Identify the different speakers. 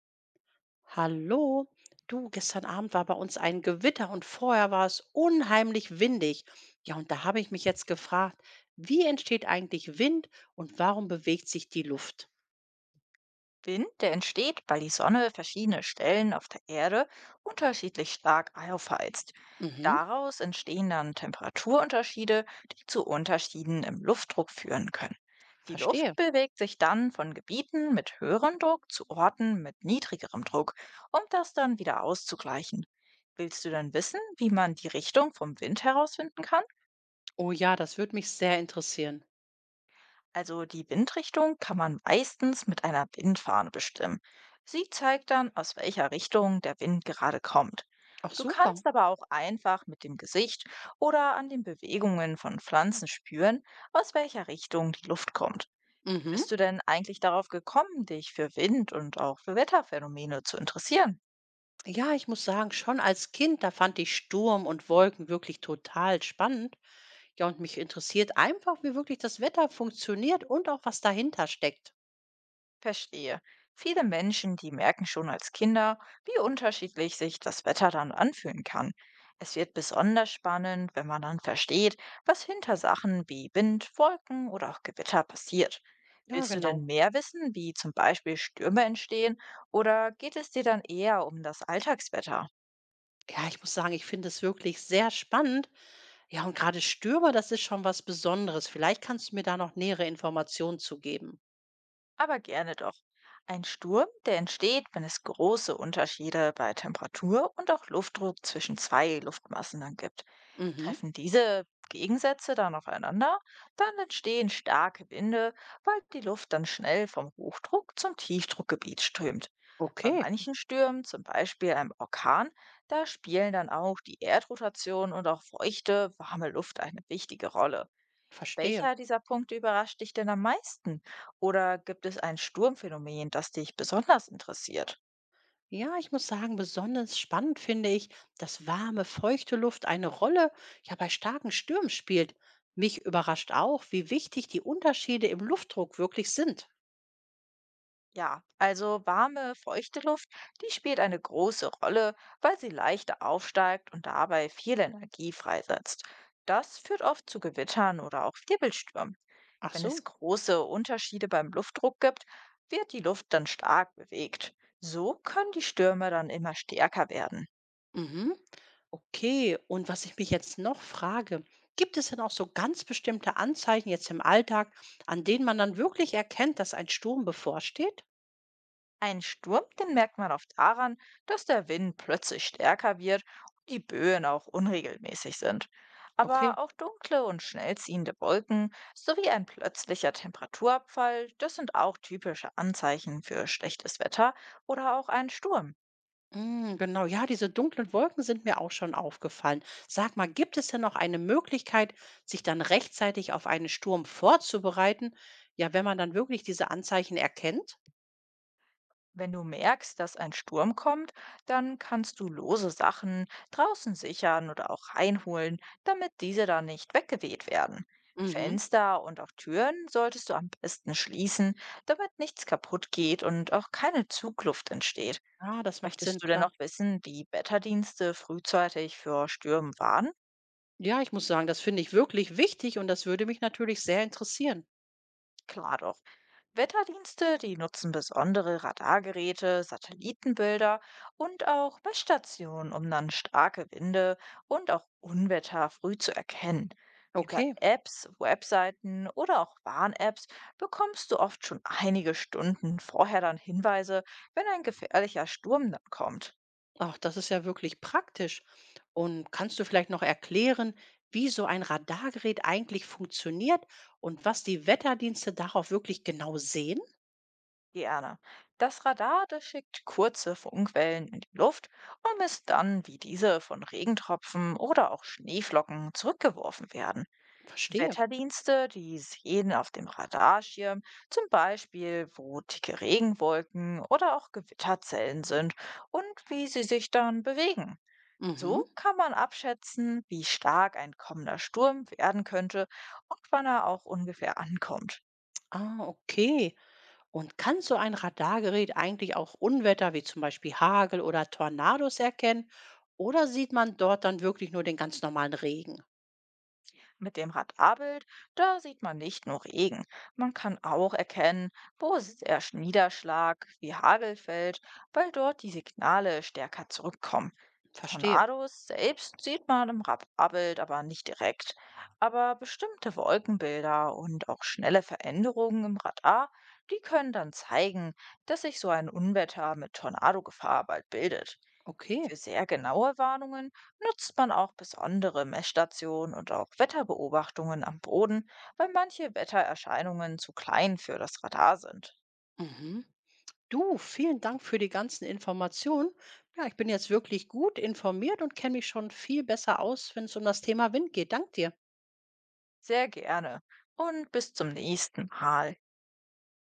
Speaker 1: Hallo, du, gestern Abend war bei uns ein Gewitter und vorher war es unheimlich windig. Ja, und da habe ich mich jetzt gefragt, wie entsteht eigentlich Wind und warum bewegt sich die Luft?
Speaker 2: Wind, der entsteht, weil die Sonne verschiedene Stellen auf der Erde unterschiedlich stark aufheizt.
Speaker 1: Mhm,
Speaker 2: Daraus entstehen dann Temperaturunterschiede, die zu Unterschieden im Luftdruck führen können. Die Luft
Speaker 1: verstehe.
Speaker 2: bewegt sich dann von Gebieten mit höherem Druck zu Orten mit niedrigerem Druck, um das dann wieder auszugleichen. Willst du dann wissen, wie man die Richtung vom Wind herausfinden kann?
Speaker 1: Oh ja, das würde mich sehr interessieren.
Speaker 2: Also die Windrichtung kann man meistens mit einer Windfahne bestimmen. Sie zeigt dann, aus welcher Richtung der Wind gerade kommt.
Speaker 1: Ach
Speaker 2: Du
Speaker 1: super.
Speaker 2: kannst aber auch einfach mit dem Gesicht oder an den Bewegungen von Pflanzen spüren, aus welcher Richtung die Luft kommt. Wie
Speaker 1: Mhm.
Speaker 2: bist du denn eigentlich darauf gekommen, dich für Wind und auch für Wetterphänomene zu interessieren?
Speaker 1: Ja, ich muss sagen, schon als Kind, da fand ich Sturm und Wolken wirklich total spannend. Ja, und mich interessiert einfach, wie wirklich das Wetter funktioniert und auch was dahinter steckt.
Speaker 2: Verstehe. Viele Menschen, die merken schon als Kinder, wie unterschiedlich sich das Wetter dann anfühlen kann. Es wird besonders spannend, wenn man dann versteht, was hinter Sachen wie Wind, Wolken oder auch Gewitter passiert.
Speaker 1: Ja,
Speaker 2: Willst du denn
Speaker 1: genau.
Speaker 2: mehr wissen, wie zum Beispiel Stürme entstehen, oder geht es dir dann eher um das Alltagswetter?
Speaker 1: Ja, ich muss sagen, ich finde es wirklich sehr spannend. Ja, und gerade Stürmer, das ist schon was Besonderes. Vielleicht kannst du mir da noch nähere Informationen zu geben.
Speaker 2: Aber gerne doch. Ein Sturm, der entsteht, wenn es große Unterschiede bei Temperatur und auch Luftdruck zwischen zwei Luftmassen dann gibt.
Speaker 1: Mhm.
Speaker 2: Treffen diese Gegensätze dann aufeinander, dann entstehen starke Winde, weil die Luft dann schnell vom Hochdruck zum Tiefdruckgebiet strömt. Bei
Speaker 1: Okay,
Speaker 2: manchen Stürmen, zum Beispiel einem Orkan, da spielen dann auch die Erdrotation und auch feuchte, warme Luft eine wichtige Rolle.
Speaker 1: verstehe.
Speaker 2: Welcher dieser Punkte überrascht dich denn am meisten? Oder gibt es ein Sturmphänomen, das dich besonders interessiert?
Speaker 1: Ja, ich muss sagen, besonders spannend finde ich, dass warme, feuchte Luft eine Rolle ja bei starken Stürmen spielt. Mich überrascht auch, wie wichtig die Unterschiede im Luftdruck wirklich sind.
Speaker 2: Ja, also warme, feuchte Luft, die spielt eine große Rolle, weil sie leichter aufsteigt und dabei viel Energie freisetzt. Das führt oft zu Gewittern oder auch Wirbelstürmen.
Speaker 1: Ach
Speaker 2: Wenn
Speaker 1: so.
Speaker 2: es große Unterschiede beim Luftdruck gibt, wird die Luft dann stark bewegt. So können die Stürme dann immer stärker werden.
Speaker 1: Mhm. Okay, und was ich mich jetzt noch frage, gibt es denn auch so ganz bestimmte Anzeichen jetzt im Alltag, an denen man dann wirklich erkennt, dass ein Sturm bevorsteht?
Speaker 2: Ein Sturm, den merkt man oft daran, dass der Wind plötzlich stärker wird und die Böen auch unregelmäßig sind.
Speaker 1: Okay.
Speaker 2: Aber auch dunkle und schnell ziehende Wolken sowie ein plötzlicher Temperaturabfall, das sind auch typische Anzeichen für schlechtes Wetter oder auch einen Sturm.
Speaker 1: Mm, genau, ja, diese dunklen Wolken sind mir auch schon aufgefallen. Sag mal, gibt es denn noch eine Möglichkeit, sich dann rechtzeitig auf einen Sturm vorzubereiten? Ja, wenn man dann wirklich diese Anzeichen erkennt?
Speaker 2: Wenn du merkst, dass ein Sturm kommt, dann kannst du lose Sachen draußen sichern oder auch reinholen, damit diese dann nicht weggeweht werden.
Speaker 1: Mhm.
Speaker 2: Fenster und auch Türen solltest du am besten schließen, damit nichts kaputt geht und auch keine Zugluft entsteht.
Speaker 1: Ah, das macht
Speaker 2: Möchtest
Speaker 1: Sinn,
Speaker 2: du denn
Speaker 1: klar.
Speaker 2: noch wissen, wie Wetterdienste frühzeitig für Stürme warnen?
Speaker 1: Ja, ich muss sagen, das finde ich wirklich wichtig und das würde mich natürlich sehr interessieren.
Speaker 2: Klar doch. Wetterdienste, die nutzen besondere Radargeräte, Satellitenbilder und auch Messstationen, um dann starke Winde und auch Unwetter früh zu erkennen. Über
Speaker 1: Okay.
Speaker 2: Apps, Webseiten oder auch Warn-Apps bekommst du oft schon einige Stunden vorher dann Hinweise, wenn ein gefährlicher Sturm dann kommt.
Speaker 1: Ach, das ist ja wirklich praktisch. Und kannst du vielleicht noch erklären, wie so ein Radargerät eigentlich funktioniert und was die Wetterdienste darauf wirklich genau sehen?
Speaker 2: Gerne. Das Radar, das schickt kurze Funkwellen in die Luft und misst dann, wie diese von Regentropfen oder auch Schneeflocken zurückgeworfen werden.
Speaker 1: Verstehe.
Speaker 2: Wetterdienste, die sehen auf dem Radarschirm zum Beispiel, wo dicke Regenwolken oder auch Gewitterzellen sind und wie sie sich dann bewegen.
Speaker 1: Mhm.
Speaker 2: So kann man abschätzen, wie stark ein kommender Sturm werden könnte und wann er auch ungefähr ankommt.
Speaker 1: Ah, okay. Und kann so ein Radargerät eigentlich auch Unwetter wie zum Beispiel Hagel oder Tornados erkennen? Oder sieht man dort dann wirklich nur den ganz normalen Regen?
Speaker 2: Mit dem Radarbild da sieht man nicht nur Regen, man kann auch erkennen, wo es erst Niederschlag wie Hagel fällt, weil dort die Signale stärker zurückkommen.
Speaker 1: Verstehe.
Speaker 2: Tornados selbst sieht man im Radarbild aber nicht direkt, aber bestimmte Wolkenbilder und auch schnelle Veränderungen im Radar, die können dann zeigen, dass sich so ein Unwetter mit Tornadogefahr bald bildet.
Speaker 1: Okay.
Speaker 2: Für sehr genaue Warnungen nutzt man auch besondere Messstationen und auch Wetterbeobachtungen am Boden, weil manche Wettererscheinungen zu klein für das Radar sind.
Speaker 1: Mhm. Du, vielen Dank für die ganzen Informationen. Ja, ich bin jetzt wirklich gut informiert und kenne mich schon viel besser aus, wenn es um das Thema Wind geht. Dank dir.
Speaker 2: Sehr gerne und bis zum nächsten Mal.